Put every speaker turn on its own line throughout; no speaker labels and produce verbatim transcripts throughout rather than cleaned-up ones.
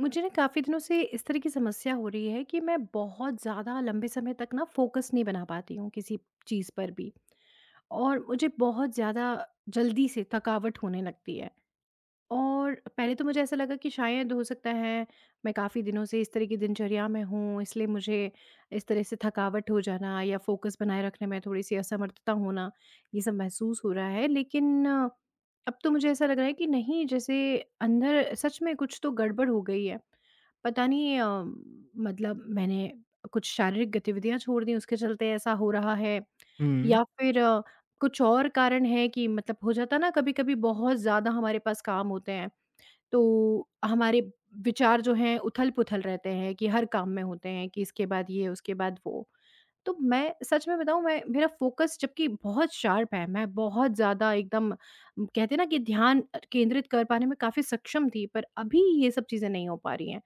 मुझे ना काफ़ी दिनों से इस तरह की समस्या हो रही है कि मैं बहुत ज़्यादा लंबे समय तक ना फोकस नहीं बना पाती हूँ किसी चीज़ पर भी। और मुझे बहुत ज़्यादा जल्दी से थकावट होने लगती है। और पहले तो मुझे ऐसा लगा कि शायद हो सकता है मैं काफ़ी दिनों से इस तरह की दिनचर्या में हूँ, इसलिए मुझे इस तरह से थकावट हो जाना या फ़ोकस बनाए रखने में थोड़ी सी असमर्थता होना, ये सब महसूस हो रहा है, लेकिन अ, अब तो मुझे ऐसा लग रहा है कि नहीं, जैसे अंदर सच में कुछ तो गड़बड़ हो गई है। पता नहीं, अ, मतलब मैंने कुछ शारीरिक गतिविधियां छोड़ दी, उसके चलते ऐसा हो रहा है
हुँ।
या फिर कुछ और कारण है। कि मतलब हो जाता है ना, कभी-कभी बहुत ज़्यादा हमारे पास काम होते हैं, तो हमारे विचार जो हैं उथल-पुथल रहते हैं कि हर काम में होते हैं कि इसके बाद ये, उसके बाद वो। तो मैं सच में बताऊँ, मैं, मेरा फ़ोकस जबकि बहुत शार्प है, मैं बहुत ज़्यादा एकदम, म, कहते हैं ना कि ध्यान अ, केंद्रित कर पाने में काफ़ी सक्षम थी, पर अभी ये सब चीज़ें नहीं हो पा रही हैं।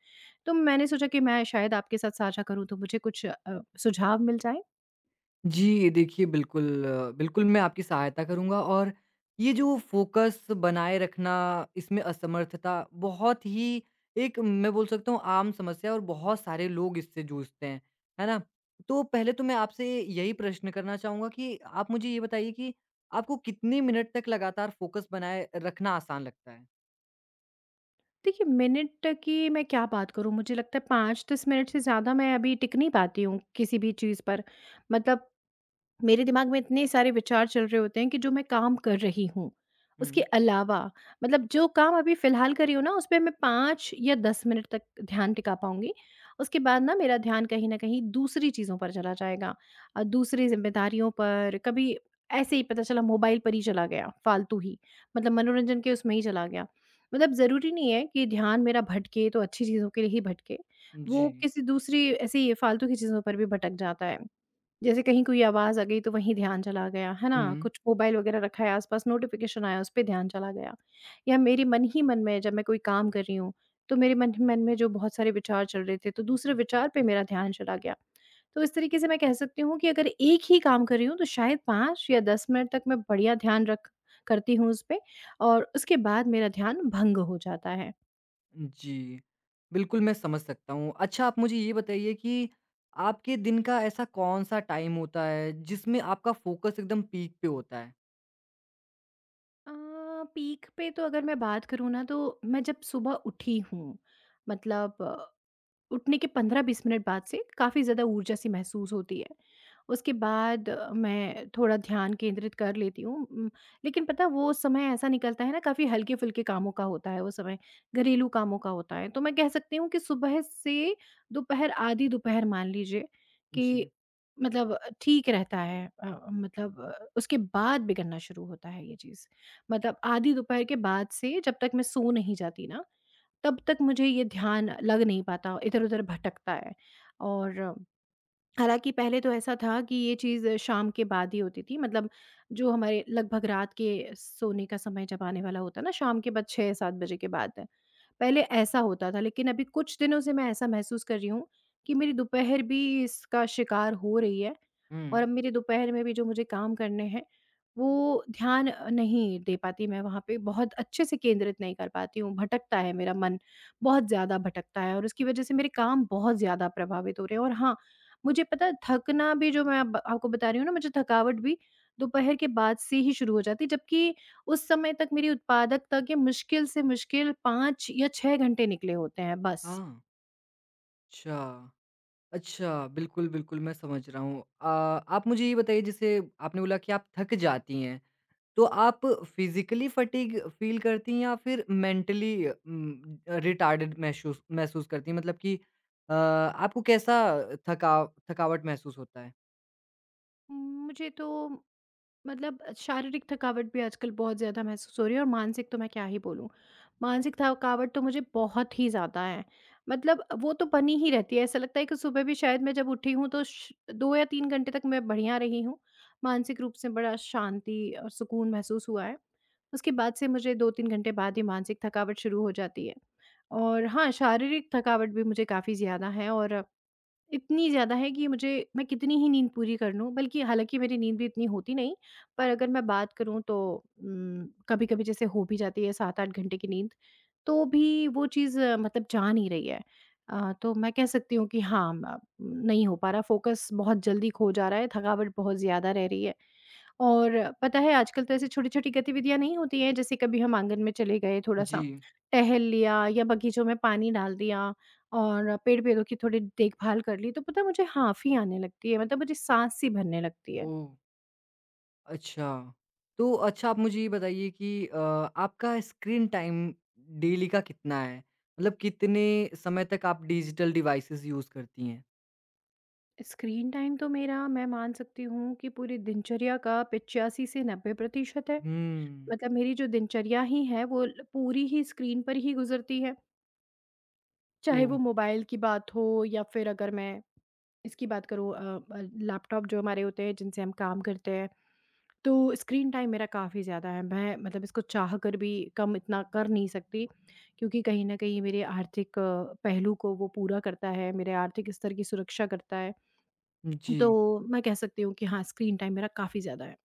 तो मैंने सोचा कि मैं शायद आपके साथ साझा करूँ तो मुझे कुछ अ, सुझाव मिल जाएँ?
जी, देखिए बिल्कुल, अ, बिल्कुल मैं आपकी सहायता करूँगा और ये जो फ़ोकस बनाए रखना, इसमें असमर्थता बहुत ही एक मैं बोल सकता हूँ आम समस्या है और बहुत सारे लोग इससे जूझते हैं, है ना? तो पहले तो मैं आपसे यही प्रश्न करना चाहूँगा कि आप मुझे ये बताइए कि आपको कितने मिनट तक लगातार फ़ोकस बनाए रखना आसान लगता है?
देखिए, मिनट की मैं क्या बात करूँ, मुझे लगता है पाँच से दस मिनट से ज़्यादा मैं अभी टिक नहीं पाती हूँ, किसी भी चीज़ पर। मतलब मेरे दिमाग में इतने सारे विचार चल रहे होते हैं कि जो मैं काम कर रही हूँ, उसके
हुँ।
अलावा मतलब जो काम अभी फ़िलहाल कर रही हूँ ना, उसपे मैं पाँच या दस मिनट तक ध्यान टिका पाऊँगी। उसके बाद ना मेरा ध्यान कहीं न कहीं दूसरी चीज़ों पर चला जाएगा, अ, दूसरी ज़िम्मेदारियों पर, कभी ऐसे ही पता चला मोबाइल पर ही चला गया, फ़ालतू ही, मतलब मनोरंजन के उसमें ही चला गया। मतलब ज़रूरी नहीं है कि ध्यान मेरा भटके, तो अच्छी चीज़ों के लिए ही भटके।
जी।
वो किसी दूसरी ऐसी फ़ालतू की चीज़ों पर भी भटक जाता है। जैसे कहीं कोई आवाज़ आ गई तो वहीं ध्यान चला गया, है ना?
हुँ।
कुछ मोबाइल वग़ैरह रखा है आस-पास, नोटिफ़िकेशन आया उस पे ध्यान चला गया। या मेरे मन ही मन में जब मैं कोई काम कर रही हूँ, तो मेरे मन ही मन में जो बहुत सारे विचार चल रहे थे, तो दूसरे विचार पे मेरा ध्यान चला गया। तो इस तरीके से मैं कह सकती हूँ कि अगर एक ही काम कर रही हूँ, तो शायद पाँच या दस मिनट तक मैं बढ़िया ध्यान रख करती हूँ उस पे, और उसके बाद मेरा ध्यान भंग हो जाता है।
जी, बिल्कुल मैं समझ सकता हूँ। अच्छा आप मुझे ये बताइए कि आपके दिन का ऐसा कौन-सा टाइम होता है जिसमें आपका फ़ोकस एकदम पीक पे होता है?
अ, पीक पे तो अगर मैं बात करूँ ना, तो मैं जब सुबह उठी हूँ, मतलब उठने के पंद्रह से बीस मिनट बाद से काफ़ी ज़्यादा ऊर्जा सी महसूस होती है। उसके बाद अ, मैं थोड़ा ध्यान केंद्रित कर लेती हूँ, उम, लेकिन पता है वो समय ऐसा निकलता है ना, काफ़ी हल्के-फुल्के कामों का होता है वो समय, घरेलू कामों का होता है। तो मैं कह सकती हूँ कि सुबह से दोपहर, आधी दोपहर मान लीजिए
जी।
कि मतलब ठीक रहता है, अ, मतलब अ, उसके बाद बिगड़ना शुरू होता है ये चीज़। मतलब आधी दोपहर के बाद से जब तक मैं सो नहीं जाती ना, तब तक मुझे ये ध्यान लग नहीं पाता, इधर-उधर भटकता है। और हालाँकि पहले तो ऐसा था कि ये चीज़ शाम के बाद ही होती थी, मतलब जो हमारे लगभग रात के सोने का समय जब आने वाला होता है ना, शाम के बाद छह से सात बजे के बाद, है। पहले ऐसा होता था। लेकिन अभी कुछ दिनों से मैं ऐसा महसूस कर रही हूँ कि मेरी दोपहर भी इसका शिकार हो रही है। और
हुँ।
अब मेरे दोपहर में भी जो मुझे काम करने हैं, वो ध्यान अ, नहीं दे पाती मैं वहाँ पे, बहुत अच्छे से केंद्रित नहीं कर पाती हूँ। भटकता है मेरा मन, बहुत ज़्यादा भटकता है और उसकी वज़ह से मेरे काम बहुत ज़्यादा प्रभावित हो रहे हैं। और हाँ, मुझे पता है थकना भी, जो मैं अब आपको बता रही हूँ ना, मुझे थकावट भी दोपहर के बाद से ही शुरू हो जाती है जबकि उस समय तक मेरी उत्पादकता के मुश्किल से मुश्किल पाँच या छह घंटे निकले होते हैं बस।
हाँ, अच्छा। अच्छा, बिल्कुल, बिल्कुल मैं समझ रहा हूँ। अ, आप मुझे ये बताइए जैसे आपने बोला कि आप थक जाती हैं, तो आप फ़िज़िकली फ़टीग फ़ील करती हैं या फिर मेंटली उम, रिटार्डेड महशूस महसूस करती हैं? मतलब कि अ, आपको कैसा थकाव थकावट महसूस होता है?
मुझे तो मतलब शारीरिक थकावट भी आजकल बहुत ज़्यादा महसूस हो रही है और मानसिक तो मैं क्या ही बोलूँ। मानसिक थकावट तो मुझे बहुत ही ज़्यादा है। मतलब वो तो बनी ही रहती है, ऐसा लगता है कि सुबह भी शायद मैं जब उठी हूँ तो श दो या तीन घंटे तक मैं बढ़िया रही हूँ। मानसिक रूप से बड़ा शांति और सुकून महसूस हुआ है। उसके बाद से मुझे दो से तीन घंटे बाद ही मानसिक थकावट शुरू हो जाती है। और हाँ, शारीरिक थकावट भी मुझे काफ़ी ज़्यादा है और इतनी ज़्यादा है कि मुझे, मैं कितनी ही नींद पूरी कर लूँ, बल्कि हालाँकि मेरी नींद भी इतनी होती नहीं, पर अगर मैं बात करूँ तो उम, कभी-कभी जैसे हो भी जाती है सात से आठ घंटे की नींद, तो भी वो चीज़ अ, मतलब जा नहीं रही है। अ, तो मैं कह सकती हूँ कि हाँ, म नहीं हो पा रहा, फ़ोकस बहुत जल्दी खो जा रहा है, थकावट बहुत ज़्यादा रह रही है। और पता है आजकल तो ऐसी छोटी-छोटी गतिविधियाँ नहीं होती हैं, जैसे कभी हम आँगन में चले गए,
जी।
थोड़ा-सा टहल लिया या बगीचों में पानी डाल दिया और पेड़-पौधों की थोड़ी देखभाल कर ली, तो पता है मुझे हाँफ़ी आने लगती है, मतलब मुझे साँस-सी भरने लगती है।
ओह! अच्छा। तो अच्छा आप मुझे ये बताइए कि अ, आपका स्क्रीन टाइम डेली का कितना है? मतलब कितने समय तक आप डिजिटल डिवाइसेज़ यूज़ करती हैं?
स्क्रीन टाइम तो मेरा, मैं मान सकती हूँ कि पूरी दिनचर्या का पचासी से नब्बे प्रतिशत है।
हुँ।
मतलब मेरी जो दिनचर्या ही है वो ल पूरी ही स्क्रीन पर ही गुज़रती है, चाहे
ओह!
वो मोबाइल की बात हो या फिर अगर मैं इसकी बात करूँ, अ अ, लैपटॉप जो हमारे होते हैं जिनसे हम काम करते हैं। तो स्क्रीन टाइम मेरा काफ़ी ज़्यादा है। मैं मतलब इसको चाह कर भी कम इतना कर नहीं सकती क्योंकि कहीं न कहीं मेरे आर्थिक अ, पहलू को वो पूरा करता है, मेरे आर्थिक स्तर की सुरक्षा करता है।
जी।
तो मैं कह सकती हूँ कि हाँ, स्क्रीन टाइम मेरा काफ़ी ज़्यादा है।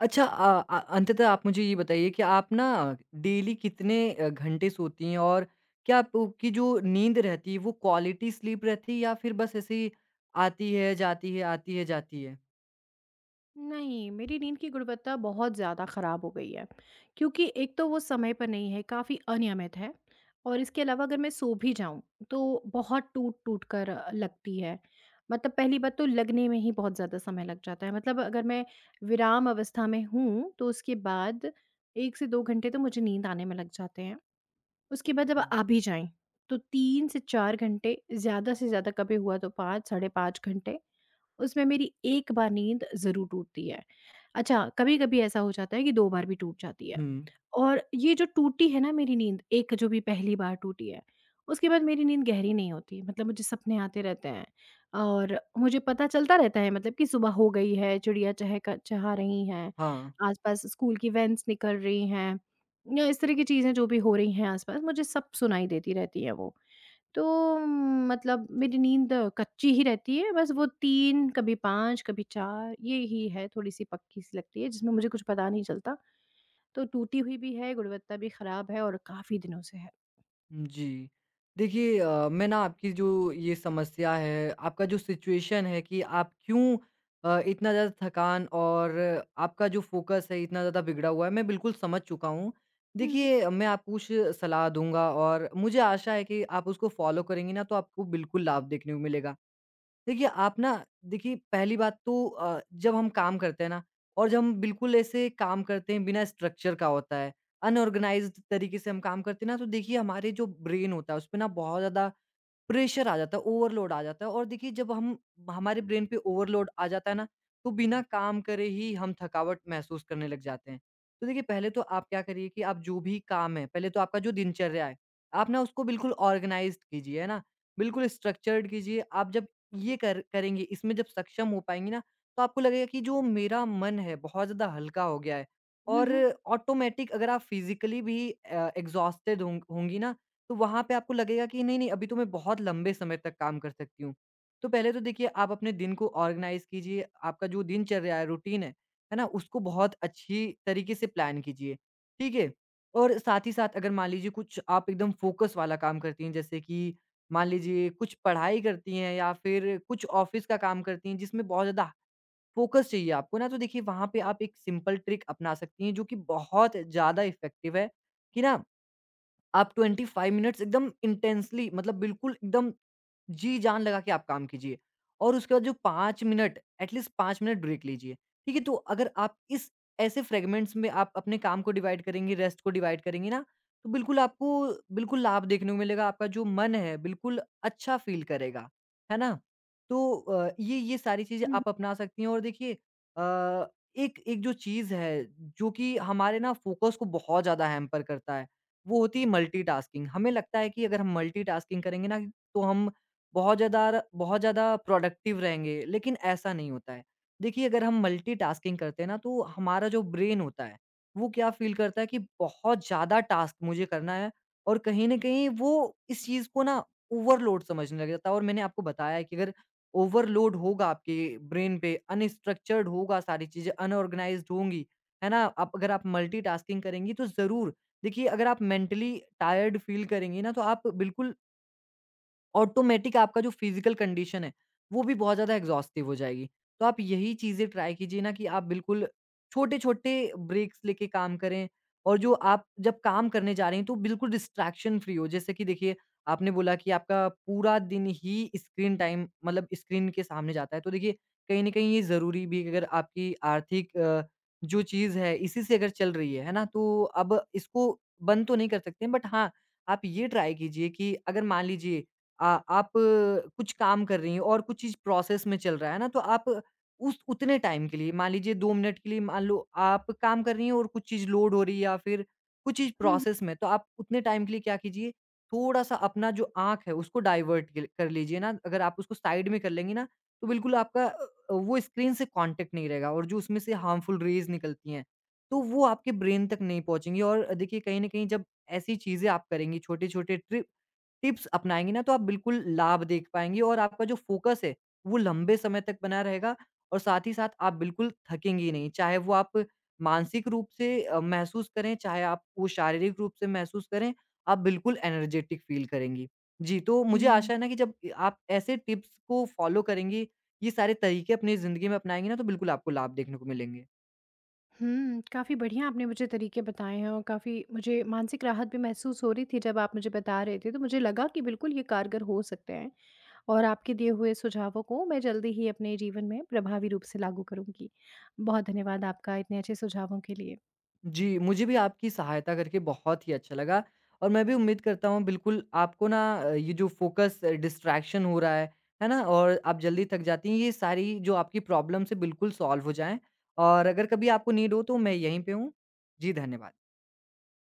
अच्छा अ अ, अंततः आप मुझे ये बताइए कि आप ना डेली कितने अ, घंटे सोती हैं? और क्या आपकी जो नींद रहती है वो क्वालिटी स्लीप रहती है या फिर बस ऐसे ही आती है, जाती है, आती है, जाती है?
नहीं, मेरी नींद की गुणवत्ता बहुत ज़्यादा ख़राब हो गई है, क्योंकि एक तो वो समय पर नहीं है, काफ़ी अनियमित है, और इसके अलावा अगर मैं सो भी जाऊँ, तो बहुत टूट-टूट कर अ, लगती है। मतलब पहली बात तो लगने में ही बहुत ज़्यादा समय लग जाता है, मतलब अगर मैं विराम अवस्था में हूँ, तो उसके बाद एक से दो घंटे तो मुझे नींद आने में लग जाते हैं। उसके बाद जब आ भी जाएँ, तो तीन से चार घंटे, ज़्यादा से ज़्यादा कभी हुआ तो पाँच, साढ़े पाँच घंटे, उसमें मेरी एक बार नींद ज़रूर टूटती है। अच्छा, कभी-कभी ऐसा हो जाता है कि दो बार भी टूट जाती है।
हुँ।
और ये जो टूटी है ना मेरी नींद, एक जो भी पहली बार टूटी है, उसके बाद मेरी नींद गहरी नहीं होती। मतलब मुझे सपने आते रहते हैं और मुझे पता चलता रहता है मतलब कि सुबह हो गई है, चिड़िया चहक चहा रही हैं,
हाँ।
आस-पास स्कूल की वैन्स निकल रही हैं या इस तरह की चीज़ें जो भी हो रही हैं आस-पास, मुझे सब सुनाई देती रहती हैं वो। तो म, मतलब मेरी नींद कच्ची ही रहती है, बस वो तीन कभी पाँच कभी चार, ये ही है थोड़ी-सी पक्की-सी लगती है जिसमें मुझे कुछ पता नहीं चलता। तो टूटी हुई भी है, गुणवत्ता भी खराब है और काफ़ी दिनों से है।
जी। देखिए अ, मैं ना आपकी जो ये समस्या है, आपका जो सिचुएशन है कि आप क्यों अ, इतना ज़्यादा थकान और आपका जो फ़ोकस है इतना ज़्यादा बिगड़ा हुआ है, मैं बिल्कुल समझ चुका हूँ।
हुँ।
देखिए मैं आपको कुछ सलाह दूँगा और मुझे आशा है कि आप उसको फ़ॉलो करेंगी ना तो आपको बिल्कुल लाभ देखने को मिलेगा। देखिए, आप ना देखिए पहली बात तो अ, जब हम काम करते हैं ना और जब हम बिल्कुल ऐसे काम करते हैं बिना स्ट्रक्चर का होता है, अनऑर्गनाइज़्ड तरीके से हम काम करते हैं ना तो देखिए हमारे जो ब्रेन होता है उसपे ना बहुत ज़्यादा प्रेशर आ जाता है, ओवरलोड आ जाता है और देखिए जब हम हमारे ब्रेन पे ओवरलोड आ जाता है ना, तो बिना काम करे ही हम थकावट महसूस करने लग जाते हैं। तो देखिए पहले तो आप क्या करिए कि आप जो भी काम है, पहले तो आपका जो दिनचर्या है, आप ना उसको बिल्कुल ऑर्गनाइज़्ड कीजिए, है ना? बिल्कुल स्ट्रक्चर्ड कीजिए। आप जब ये कर करेंगे, इसमें जब सक्षम हो पाएँगी ना, तो आपको लगेगा कि जो मेरा मन है बहुत ज़्यादा हल्का हो गया है
हुँ,
और
हुँ।
ऑटोमेटिक अगर आप फिज़िकली भी अ, एग्ज़ॉस्टेड होंग होंगी ना, तो वहाँ पे आपको लगेगा कि नहीं, नहीं अभी तो मैं बहुत लंबे समय तक काम कर सकती हूँ। तो पहले तो देखिए आप अपने दिन को ऑर्गनाइज़ कीजिए, आपका जो दिनचर्या है, रूटीन है, है ना? उसको बहुत अच्छी तरीके से प्लान कीजिए, ठीक है? और साथ ही साथ अगर मान लीजिए कुछ आप एकदम फ़ोकस वाला काम करती हैं जैसे कि मान लीजिए कुछ पढ़ाई करती हैं या फिर कुछ ऑफ़िस का काम करती हैं जिसमें बहुत ज़्यादा फ़ोकस चाहिए आपको ना तो देखिए वहाँ पे आप एक सिंपल ट्रिक अपना सकती हैं जो कि बहुत ज़्यादा इफ़ेक्टिव है, कि ना आप ट्वेंटी फ़ाइव मिनट्स एकदम इंटेंसली मतलब बिल्कुल एकदम जी, जान लगा के आप काम कीजिए और उसके बाद जो पाँच मिनट एटलीस्ट पाँच मिनट ब्रेक लीजिए, ठीक है? तो अगर आप इस ऐसे फ्रेगमेंट्स में आप अपने काम को डिवाइड करेंगे, रेस्ट को डिवाइड करेंगे ना, तो बिल्कुल आपको बिल्कुल लाभ देखने को मिलेगा, आपका जो मन है बिल्कुल अच्छा फ़ील करेगा, है ना? तो अ, ये ये सारी चीज़ें
हुँ,
आप अपना सकती हैं और देखिए अ, एक एक जो चीज़ है जो कि हमारे ना फ़ोकस को बहुत ज़्यादा हैम्पर करता है, वो होती है मल्टीटास्किंग। हमें लगता है कि अगर हम मल्टीटास्किंग करेंगे ना, तो हम बहुत ज़्यादा बहुत ज़्यादा प्रोडक्टिव रहेंगे, लेकिन ऐसा नहीं होता है। देखिए, अगर हम मल्टीटास्किंग करते हैं ना, तो हमारा जो ब्रेन होता है, वो क्या फ़ील करता है कि बहुत ज़्यादा टास्क मुझे करना है और कहीं न कहीं वो इस चीज़ को ना ओवरलोड समझने लग जाता है और मैंने आपको बताया है कि अगर ओवरलोड होगा आपके ब्रेन पे, अनस्ट्रक्चर्ड होगा, सारी चीज़ें अनऑर्गनाइज़्ड होंगी, है ना? आप अगर आप मल्टीटास्किंग करेंगी, तो ज़रूर देखिए, अगर आप मेंटली टायर्ड फ़ील करेंगी ना, तो आप बिल्कुल ऑटोमेटिक आपका जो फिज़िकल कंडीशन है, वो भी बहुत ज़्यादा एग्ज़ॉस्टिव हो जाएगी। तो आप यही चीज़ें ट्राई कीजिए ना कि आप बिल्कुल छोटे-छोटे ब्रेक्स लेके काम करें और जो आप जब काम करने जा रहे हैं, तो बिल्कुल डिस्ट्रैक्शन फ्री हो। जैसे कि देखिए, आपने बोला कि आपका पूरा दिन ही स्क्रीन टाइम मतलब स्क्रीन के सामने जाता है, तो देखिए कहीं न कहीं ये ज़रूरी भी है कि अगर आपकी आर्थिक अ, जो चीज़ है, इसी से अगर चल रही है, है ना? तो अब इसको बंद तो नहीं कर सकते हैं, बट हाँ, आप ये ट्राई कीजिए कि अगर मान लीजिए आ आप कुछ काम कर रही हैं और कुछ चीज़ प्रोसेस में चल रहा है ना, तो आप उस उतने टाइम के लिए मान लीजिए दो मिनट के लिए मान लो आप काम कर रही हैं और कुछ चीज़ लोड हो रही है या फिर कुछ चीज़
हुँ,
प्रोसेस में, तो आप उतने टाइम के लिए क्या कीजिए, थोड़ा-सा अपना जो आँख है उसको डाइवर्ट के कर लीजिए ना, अगर आप उसको साइड में कर लेंगी ना, तो बिल्कुल आपका अ, वो स्क्रीन से कॉन्टैक्ट नहीं रहेगा और जो उसमें से हार्मफुल रेज़ निकलती हैं, तो वो आपके ब्रेन तक नहीं पहुँचेंगी और देखिए कहीं न कहीं जब ऐसी चीज़ें आप करेंगी, छोटे-छोटे ट्रि टिप्स अपनाएँगे ना तो आप बिल्कुल लाभ देख पाएँगे और आपका जो फ़ोकस है, वो लंबे समय तक बना रहेगा और साथ ही साथ आप बिल्कुल थकेंगे ही नहीं। चाहे वो आप मानसिक रूप से अ, महसूस करें, चाहे आप वो शारीरिक रूप से महसूस करें, आप बिल्कुल एनर्जेटिक फ़ील करेंगी। जी, तो मुझे
हुँ।
आशा है ना कि जब आप ऐसे टिप्स को फ़ॉलो करेंगी, ये सारे तरीके अपनी ज़िंदगी में अपनाएँगी ना तो बिल्कुल आपको लाभ देखने को मिलेंगे।
हुँ, काफ़ी बढ़िया आपने मुझे तरीके बताए हैं और काफ़ी मुझे मानसिक राहत भी महसूस हो रही थी जब आप मुझे बता रहे थे, तो मुझे लगा कि बिल्कुल ये कारगर हो सकते हैं। और आपके दिए हुए सुझावों को मैं जल्दी ही अपने जीवन में प्रभावी रूप से लागू करूँगी। बहुत धन्यवाद आपका इतने अच्छे सुझावों के लिए।
जी, मुझे भी आपकी सहायता करके बहुत ही अच्छा लगा और मैं भी उम्मीद करता हूँ बिल्कुल आपको ना अ, ये जो फ़ोकस डिस्ट्रैक्शन हो रहा है, है ना? और आप जल्दी थक जाती हैं, ये सारी जो आपकी प्रॉब्लम्स हैं बिल्कुल सॉल्व हो जाएँ और अगर कभी आपको नीड हो तो मैं यहीं पे हूँ। जी, धन्यवाद।